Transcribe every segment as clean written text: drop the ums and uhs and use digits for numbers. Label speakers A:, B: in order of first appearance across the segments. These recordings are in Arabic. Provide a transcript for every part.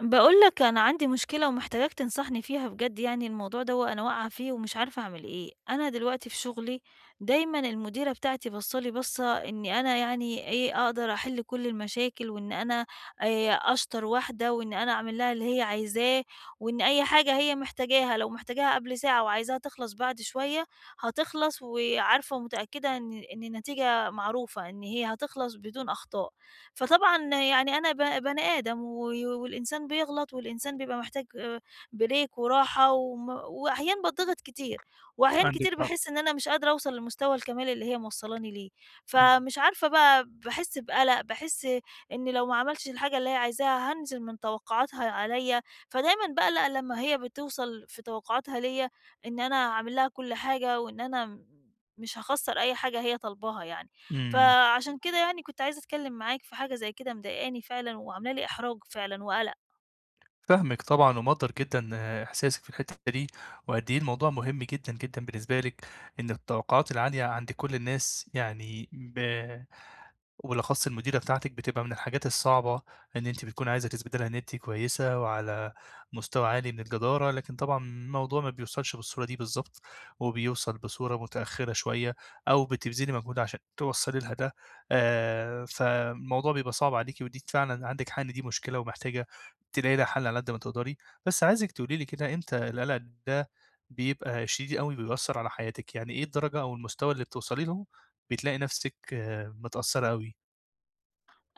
A: باقول لك أنا عندي مشكلة ومحتاجاك تنصحني فيها بجد. يعني الموضوع دوّة أنا واقعة فيه ومش عارفة أعمل إيه. أنا دلوقتي في شغلي دايمًا المديرة بتاعتي باصة لي بصّة إني أنا، يعني إيه، أقدر أحل كل المشاكل، وإن أنا أشطر واحدة، وإن أنا أعمل لها اللي هي عايزاه، وإن أي حاجة هي محتاجاها، لو محتاجاها قبل ساعة وعايزاها تخلص بعد شوية هتخلص، وعارفة ومتأكدة إن النتيجة معروفة، إن هي هتخلص بدون أخطاء. فطبعًا يعني أنا بني آدم، والإنسان بيغلط، والإنسان بيبقى محتاج break وراحة، وم وأحيانًا باتضغط كتير، وأحيانًا
B: عندِك
A: كتير
B: حق،
A: باحس إن أنا مش قادرة أوصل لمستوى الكمال اللي هي موصّلاني ليه.
B: إمم،
A: فمش عارفة بقى، باحس بقلق، باحس إن لو ما عملتش الحاجة اللي هي عايزاها هانزل من توقعاتها عليَّ. فدايمًا باقلق لمّا هي بتوصل في توقعاتها ليَّ إن أنا هاعمل لها كل حاجة، وإن أنا مش هاخسّر أي حاجة هي طالباها يعني.
B: إمم،
A: فعشان كده يعني كنت عايزة أتكلم معاك في حاجة زي كده مضايقاني فعلًا، وعاملة لي إحراج فعلًا، وقلق.
B: فاهمِك طبعًا ومقدّر جدًا آه، إحساسِك في الحتّة دي، وقد إيه الموضوع مهم جدًا، جدًا بالنسبة لِك، إن التوقعات العالية عند كل الناس يعني وبالأخص المديرة بتاعتِك بتبقى من الحاجات الصعبة، إن أنتِ بتكوني عايزة تثبتي لها إن أنتِ كويسة وعلى مستوى عالي من الجدارة، لكن طبعًا الموضوع ما بيوصلش بالصورة دي بالضبط، وبيوصل بصورة متأخرة شوية أو بتبذلي مجهود عشان توصّلي لها ده، فالموضوع بيبقى صعب عليكِ ودي فعلًا عندِك حق إن دي مشكلة ومحتاجة تلاقي لها حل على قد ما تقدري، بس عايزِك تقولي لي كده إمتى القلق ده بيبقى شديد أوي وبيأثّر على حياتِك، يعني إيه الدرجة أو المستوى اللي بتوصلي له بتلاقي نفسِك آه، متأثّرة أوي؟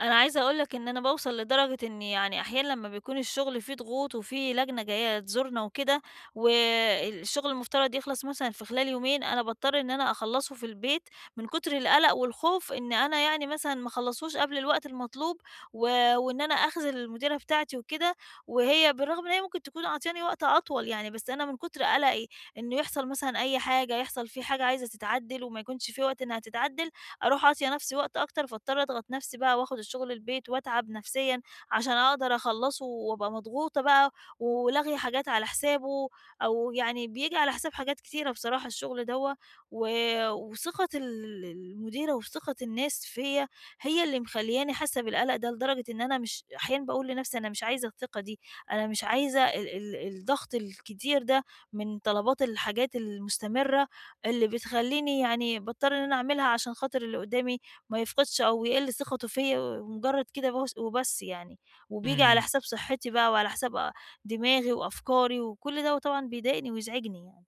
A: أنا عايزة أقول لك إن أنا باوصل لدرجة إن، يعني، أحيانًا لمّا بيكون الشغل فيه ضغوط وفيه لجنة جاية تزورنا وكده، والشغل المفترض يخلص مثلًا في خلال يومين، أنا باضطر إن أنا أخلّصه في البيت من كتر القلق والخوف إن أنا يعني مثلًا ما اخلّصوش قبل الوقت المطلوب، و وإن أنا أخذل المديرة بتاعتي وكده. وهي بالرغم إن هي ممكن تكون عاطياني وقت أطول يعني، بس أنا من كتر قلقي إنه يحصل مثلًا أي حاجة، يحصل في حاجة عايزة تتعدل وما يكونش في وقت إنها تتعدل، أروح عاطية نفسي وقت أكتر، فاضطر أضغط نفسي بقى، وآخد الشغل البيت، وأتعب نفسيًا عشان أقدر أخلّصه، وأبقى مضغوطة بقى، ولاغية حاجات على حسابه. أو يعني بييجي على حساب حاجات كتيرة، بصراحة الشغل دوّة و وثقة المديرة وثقة الناس فيّا هي اللي مخلّياني حاسة بالقلق ده، لدرجة إن أنا مش، أحيانًا باقول لنفسي أنا مش عايزة الثقة دي، أنا مش عايزة ال الضغط الكتير ده من طلبات الحاجات المستمرة اللي بتخلّيني يعني باضطر إن أنا أعملها عشان خاطر اللي قدّامي ما يفقدش أو يقِل ثقته فيّا، مجرّد كده بس وبس يعني، وبييجي على
B: إمم،
A: حساب صحّتي بقى، وعلى حساب دماغي وأفكاري، وكل دوّة طبعًا بيضايقني ويزعجني يعني.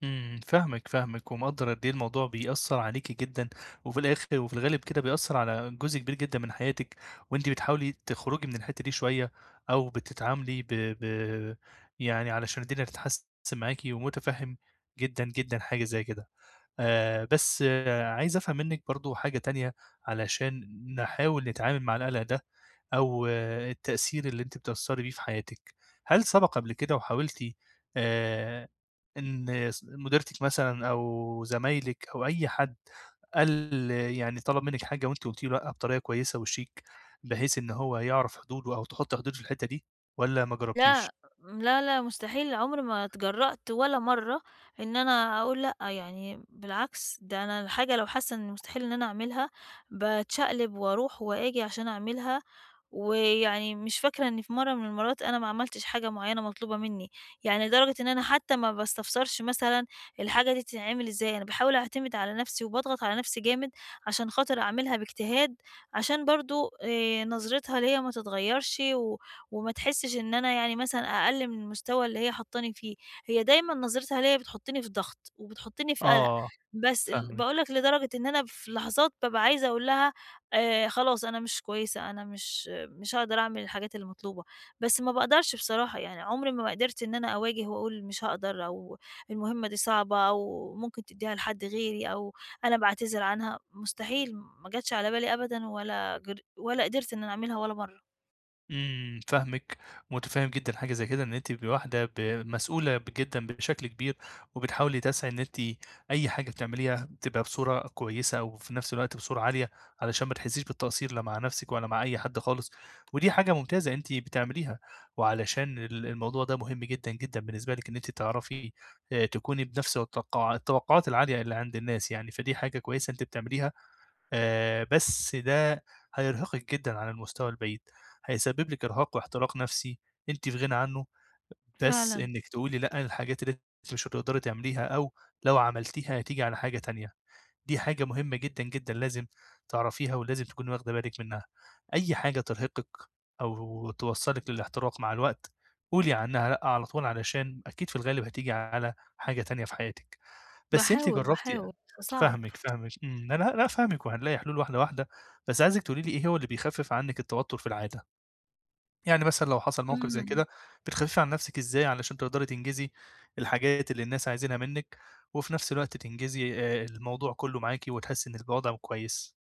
B: إمم، فاهمِك، فاهمِك، ومقدّر قد إيه الموضوع بيأثّر عليكِ جدًا، وفي الآخر وفي الغالب كده بيأثّر على جزء كبير جدًا من حياتِك، وأنتِ بتحاولي تخرجي من الحتّة دي شوية، أو بتتعاملي ب يعني علشان الدنيا تتحسّن معاكِ، ومتفهّم جدًا، جدًا حاجة زي كده. بس آه، عايز أفهم منِّك برضه حاجة تانية، علشان نحاول نتعامل مع القلق ده، أو آه، التأثير اللي أنتِ بتأثّري بيه في حياتِك. هل سبق قبل كده وحاولتِ آآ، إن مديرتِك مثلًا أو زمايلِك أو أي حد قال يعني طلب منِّك حاجة وأنتِ قُلتِ له لأ بطريقة كويسة وشيك، بحيث إن هو يعرف حدوده أو تحُطّي حدود في الحتّة دي، والّا ما جرّبتيش؟
A: لأ، لا، لا، مستحيل عمري ما اتجرأت ولا مرّة إن أنا أقول لأ. يعني بالعكس، ده أنا الحاجة لو حاسة إن مستحيل إن أنا أعملها، باتشقلب وأروح وآجي عشان أعملها. ويعني مش فاكرة إن في مرّة من المرّات أنا ما عملتش حاجة معيّنة مطلوبة منّي، يعني لدرجة إن أنا حتى ما باستفسرش مثلًا الحاجة دي بتتعمل إزاي. أنا باحاول أعتمد على نَفْسي، وباضغط على نَفْسي جامد عشان خاطر أعملها باجتهاد، عشان برضه نظرتها ليّا ما تتغيّرش، وما تحسش إن أنا يعني مثلًا أقل من المستوى اللي هي حاطاني فيه. هي دايمًا نظرتها ليّا بتحطني في ضغط، وبتحطني في قلق.
B: آه،
A: بس باقول
B: فاهمِك.
A: لك لدرجة إن أنا في لحظات بابقى عايزة أقول لها خلاص أنا مش كويسة، أنا مش هاقدر أعمل الحاجات المطلوبة. بس ما باقدرش بصراحة، يعني عمري ما قدرت إن أنا أواجه وأقول مش هاقدر، أو المهمة دي صعبة، أو ممكن تدّيها لحد غيري، أو أنا باعتذر عنها. مستحيل، ما جاتش على بالي أبدًا، ولا قدرت إن أنا أعملها ولا مرة.
B: إمم، فاهمِك، متفهم جدًا حاجة زي كده، إن أنتِ تبقي واحدة مسؤولة جدًا بشكل كبير، وبتحاولي تسعي إن أنتِ أي حاجة بتعمليها تبقى بصورة كويسة، وفي نفس الوقت بصورة عالية، علشان ما تحسيش بالتقصير لا مع نفسِك ولا مع أي حد خالص، ودي حاجة ممتازة أنتِ بتعمليها، وعلشان الموضوع ده مهم جدًا، جدًا بالنسبة لِك إن أنتِ تعرفي تكوني بنفس التوقعات العالية اللي عند الناس يعني، فدي حاجة كويسة أنتِ بتعمليها. بس ده هيرهقِك جدًا على المستوى البعيد، هيسبب لِك إرهاق واحتراق نفسي أنتِ في غنى عنه. بس
A: فعلًا.
B: إنِّك تقولي لأ للحاجات اللي أنتِ مش هتقدري تعمليها أو لو عملتيها هتيجي على حاجة تانية، دي حاجة مهمة جدًا، جدًا لازم تعرفيها ولازم تكوني واخدة بالِك منها. أي حاجة ترهقِك أو توصّلِك للاحتراق مع الوقت، قولي عنها لأ على طول علشان أكيد في الغالب هتيجي على حاجة تانية في حياتِك. بس أنتِ
A: باحاول،
B: جرّبتِ
A: باحاول، بس صعب.
B: فاهمِك، فاهمِك، إمم، أنا لأ فاهمِك وهنلاقي حلول واحدة، واحدة، بس عايزِك تقولي لي إيه هو اللي بيخفِّف عنِّك التوتُّر في العادة؟ يعني مثلًا لو حصل موقف زي
A: إمم.
B: كده، بتخففي عن نفسِك إزاي علشان تقدري تنجزي الحاجات اللي الناس عايزينها منِّك، وفي نفس الوقت تنجزي الموضوع كله معاكِ وتحسّي إن الوضع كويس.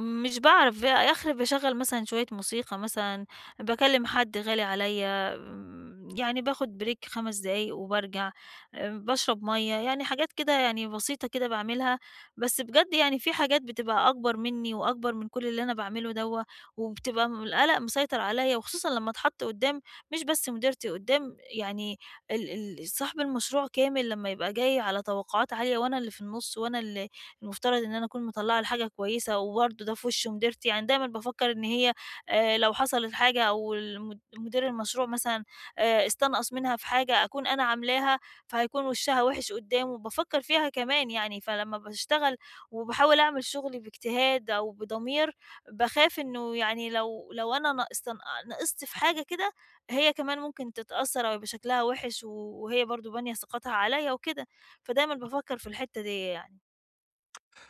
A: مش باعرف، آخري باشغّل مثلًا شوية موسيقى مثلًا، باكلّم حد غالي عليّا، يعني باخد break 5 دقايق وبارجع، باشرب مَيّة، يعني حاجات كده، يعني بسيطة كده باعملها. بس بجد يعني في حاجات بتبقى أكبر منّي وأكبر من كل اللي أنا باعمله دوّة، وبتبقى القلق مسيطر عليّا، وخصوصًا لمّا اتحط قدّام مش بس مديرتي، قدّام يعني ال صاحب المشروع كامل لمّا يبقى جاي على توقعات عالية، وأنا اللي في النُص، وأنا المفترض إن أنا أكون مطلّعة الحاجة كويسة، وبرضه ده في وِش مديرتي. يعني دايمًا بافكّر إن هي لو حصلت حاجة، أو مدير المشروع مثلًا استنقص منها في حاجة أكون أنا عاملاها، فهيكون وِشّها وِحِش قُدّامه، بافكّر فيها كمان يعني. فلمّا باشتغل وباحاول أعمل شُغلي باجتهاد أو بضمير، باخاف إنه يعني لو أنا ن استن نقصت في حاجة كده، هي كمان ممكن تتأثّر أو يبقى شكلها وِحِش، وهي برضه بانية ثقتها عليّا وكده. فدايمًا بافكّر في الحتّة دي يعني.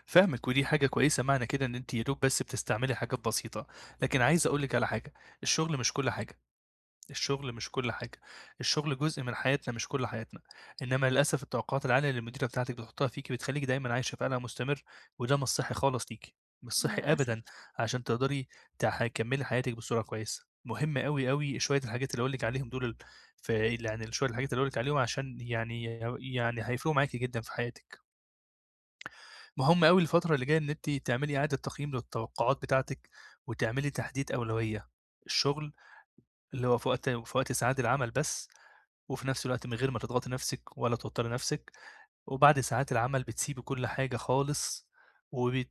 B: فاهمِك، ودي حاجة كويسة معنى كده إن أنتِ يا دوب بس بتستعملي حاجات بسيطة، لكن عايز أقول لِك على حاجة، الشغل مش كل حاجة. الشغل مش كل حاجة، الشغل جزء من حياتنا مش كل حياتنا، إنما للأسف التوقعات العالية اللي المديرة بتاعتِك بتحطها فيكِ بتخلّيكِ دايمًا عايشة في قلق مستمر، وده مش صحّي خالص ليكِ، مش صحّي أبدًا
A: للأسف.
B: عشان تقدري تكمّلي حياتِك بصورة كويسة، مهم أوي، أوي شوية الحاجات اللي هاقول لِك عليهم دول ال ف يعني شوية الحاجات اللي هاقول لِك عليهم عشان يعني هيفرقوا معاكِ جدًا في حياتِك، مهم أوي الفترة اللي جاية إن أنتِ تعملي إعادة تقييم للتوقعات بتاعتِك، وتعملي تحديد أولوية، الشغل اللي هو في وقت في وقت ساعات العمل بس وفي نفس الوقت من غير ما تضغطي نفسِك ولا توتّري نفسِك، وبعد ساعات العمل بتسيبي كل حاجة خالص، وبت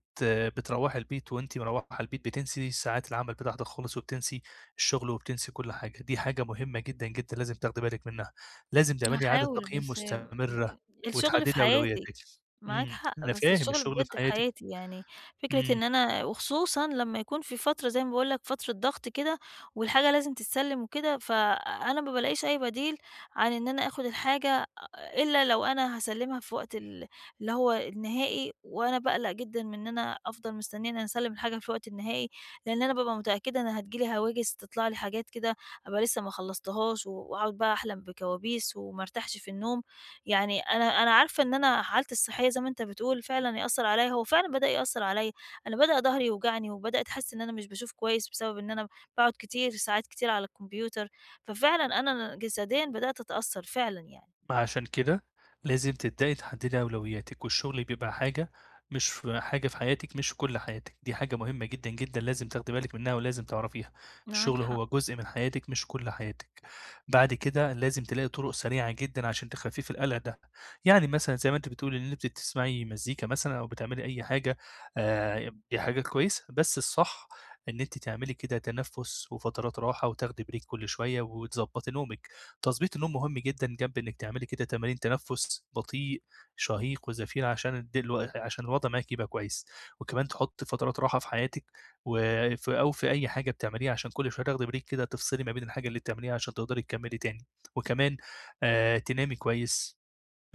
B: بتروّحي البيت وأنتِ مروّحة البيت بتنسي ساعات العمل بتاعتِك خالص وبتنسي الشغل وبتنسي كل حاجة، دي حاجة مهمة جدًا، جدًا لازم تاخدي بالِك منها، لازم تعملي إعادة
A: هاحاول،
B: تقييم
A: بس م
B: مستمرة
A: الشغل في
B: وتحددي
A: حياتي.
B: أولوياتِك.
A: معاك
B: إمم،
A: حق،
B: أنا
A: بس
B: فاهم
A: الشغل
B: الشغل في
A: بجد في
B: حياتِك،
A: حياتي، يعني فكرة
B: إمم.
A: إن أنا، وخصوصًا لمّا يكون في فترة، زي ما باقول لك فترة ضغط كده، والحاجة لازم تتسلِّم وكده، فأنا ما بالاقيش أي بديل عن إن أنا آخُد الحاجة، إلا لو أنا هاسلِّمها في وقت اللي هو النهائي. وأنا باقلق جدًا من إن أنا أفضل مستنية إن أنا أسلِّم الحاجة في الوقت النهائي، لإن أنا بابقى متأكدة أنا هتيجي لي هواجس، تطلع لي حاجات كده أبقى لسه ما خلّصتهاش، وأقعد بقى أحلم بكوابيس، وما أرتاحش في النوم. يعني أنا، عارفة إن أنا حالتي الصحية زي ما أنت بتقول فعلًا يأثّر عليَّ، هو فعلًا بدأ يأثّر عليَّ. أنا بدأ ضهري يوجعني، وبدأت أحس إن أنا مش باشوف كويس بسبب إن أنا باقعد كتير، ساعات كتير على الكمبيوتر. ففعلًا أنا جسديًا بدأت أتأثّر فعلًا يعني.
B: عشان كده لازم تبدأي تحددي أولوياتِك، والشغل بيبقى حاجة مش في حاجة في حياتِك مش في كل حياتِك، دي حاجة مهمة جدًا، جدًا لازم تاخدي بالِك منها ولازم تعرفيها،
A: معاك
B: الشغل
A: حق،
B: هو جزء من حياتِك مش كل حياتِك. بعد كده لازم تلاقي طرق سريعة جدًا عشان تخففي القلق ده، يعني مثلًا زي ما أنتِ بتقولي إن أنتِ بتسمعي مزيكا مثلًا أو بتعملي أي حاجة دي حاجة كويسة، بس الصح إن أنتِ تعملي كده تنفُّس وفترات راحة وتاخدي بريك كل شوية وتضبّطي نومِك. تضبيط النوم مهم جدًا جنب إنِّك تعملي كده تمارين تنفس بطيء، شهيق وزفير عشان الد الو عشان الوضع معاكِ يبقى كويس، وكمان تحُطّي فترات راحة في حياتِك أو في أي حاجة بتعمليها عشان كل شوية تاخدي break كده تفصلي ما بين الحاجة اللي بتعمليها عشان تقدري تكمّلي تاني، وكمان تنامي كويس.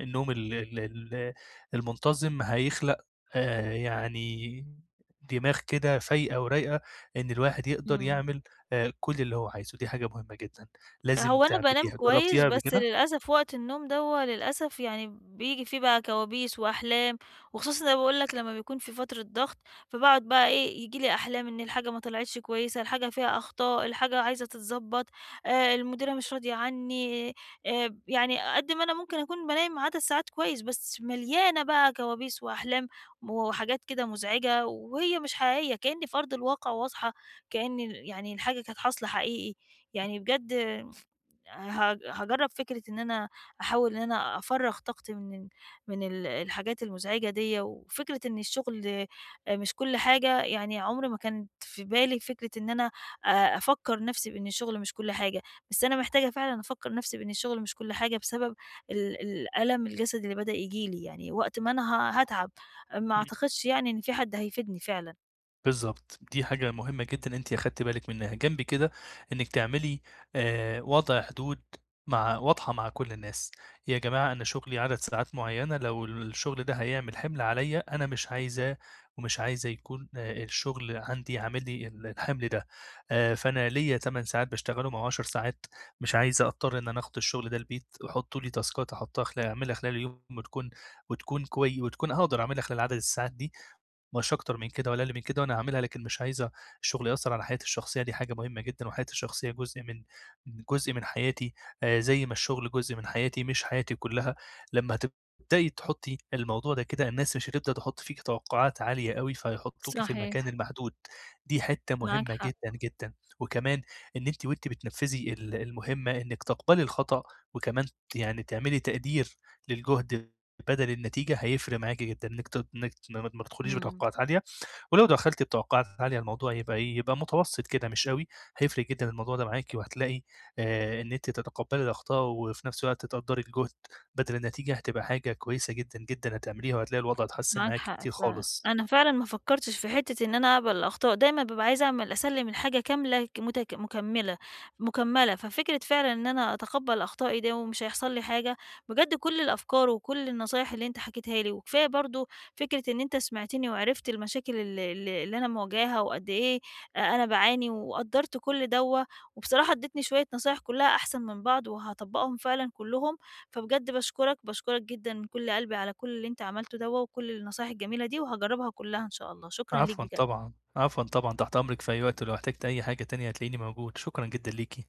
B: النوم ال ال ال المنتظم هيخلق آآ يعني دماغ كده فايقة ورايقة إن الواحد يقدر
A: إمم.
B: يعمل كل اللي هو عايزه، دي حاجة مهمة جدًا لازم
A: هو أنا بانام
B: تعمليها،
A: كويس،
B: جرّبتيها قبل
A: بس
B: كده؟
A: للأسف وقت النوم دوّة للأسف يعني بييجي فيه بقى كوابيس وأحلام، وخصوصًا زي ما باقول لك لمّا بيكون في فترة ضغط. فباقعد بقى إيه، ييجي لي أحلام إن الحاجة ما طلعتش كويسة، الحاجة فيها أخطاء، الحاجة عايزة تتضبّط، المديرة مش راضية عني. يعني قد ما أنا ممكن أكون بانام عدد ساعات كويس، بس مليانة بقى كوابيس وأحلام وحاجات كده مزعجة، وهي مش حقيقية، كإني في أرض الواقع وأصحى، كإن يعني الحاجة كانت حاصلة حقيقي. يعني بجد هاجرّب فكرة إن أنا أحاول إن أنا أفرّغ طاقتي من ال من ال الحاجات المزعجة ديّة، وفكرة إن الشغل مش كل حاجة. يعني عمري ما كانت في بالي فكرة إن أنا أ أفكّر نَفْسي بإن الشغل مش كل حاجة، بس أنا محتاجة فعلًا أفكّر نَفْسي بإن الشغل مش كل حاجة بسبب الألم الجسدي اللي بدأ ييجي لي، يعني وقت ما أنا هاتعب، ما أعتقدش يعني إن في حد هيفيدني فعلًا.
B: بالضبط، دي حاجة مهمة جدًا أنتِ أخدتِ بالِك منها، جنب كده إنِّك تعملي وضع حدود مع واضحة مع كل الناس، يا جماعة أنا شغلي عدد ساعات معيّنة لو الشغل ده هيعمل حِمل عليّا أنا مش عايزاه ومش عايزة يكون الشغل عندي عامل لي الحِمل ده، فأنا ليّا 8 ساعات باشتغلهم أو 10 ساعات، مش عايزة أضطر إن أنا آخُد الشغل ده البيت، حطّوا لي تاسكات أحطّها خلا أعملها خلال اليوم وتكون هاقدر أعملها خلال عدد الساعات دي. مش أكتر من كده ولا أقل من كده، وأنا هاعملها لكن مش عايزة الشغل يأثّر على حياتي الشخصية، دي حاجة مهمة جدًا، وحياتي الشخصية جزء من حياتي زي ما الشغل جزء من حياتي مش حياتي كلّها، لمّا هتبدئي تحطّي الموضوع ده كده الناس مش هتبدأ تحُط فيكِ توقعات عالية أوي، فيحطّوكِ في المكان
A: صحيح.
B: المحدود، دي حتّة
A: معاك
B: مهمة
A: حق،
B: جدًا، جدًا، وكمان إن أنتِ وأنتِ بتنفّذي المهمة إنِّك تقبلي الخطأ، وكمان يعني تعملي تقدير للجهد بدل النتيجة هيفرق معاكِ جدًا، إنِّك ما تدخليش
A: إمم.
B: بتوقعات عالية، ولو دخلتِ بتوقعات عالية الموضوع يبقى إيه، يبقى متوسط كده مش أوي، هيفرق جدًا الموضوع ده معاكِ وهتلاقي إن أنتِ تتقبّلي الأخطاء وفي نفس الوقت تقدّري الجهد بدل النتيجة، هتبقى حاجة كويسة جدًا، جدًا هتعمليها وهتلاقي الوضع اتحسّن
A: معاك
B: معاكِ
A: حق
B: كتير
A: فعلًا،
B: خالص.
A: أنا فعلًا ما فكّرتش في حتّة إن أنا أقبل الأخطاء، دايمًا بابقى عايزة أعمل أسلّم الحاجة كاملة ك متك مكمّلة مُكمّلة. ففكرة فعلًا إن أنا أتقبّل أخطائي دي ومش هيحصل لي حاجة. بجد كل الأفكار وكل النصايح اللي أنت حكيتها لي، وكفاية برضه فكرة إن أنت سمعتني وعرفت المشاكل ال ال اللي أنا مواجهاها، وقد إيه أنا باعاني، وقدّرت كل دوّة. وبصراحة ادّيتني شوية نصايح كلّها أحسن من بعض، وهاطبّقهم فعلًا كلّهم. فبجد باشكرك، باشكرك جدًا من كل قلبي على كل اللي أنت عملته دوّة، وكل النصايح الجميلة دي، وهاجرّبها كلّها إن شاء الله، شكرًا ليك
B: عفوًا
A: بجد.
B: طبعًا، عفوًا طبعًا، تحت أمرِك في أي وقت، ولو احتجتِ أي حاجة تانية هتلاقيني موجود، شكرًا جدًا ليكِ.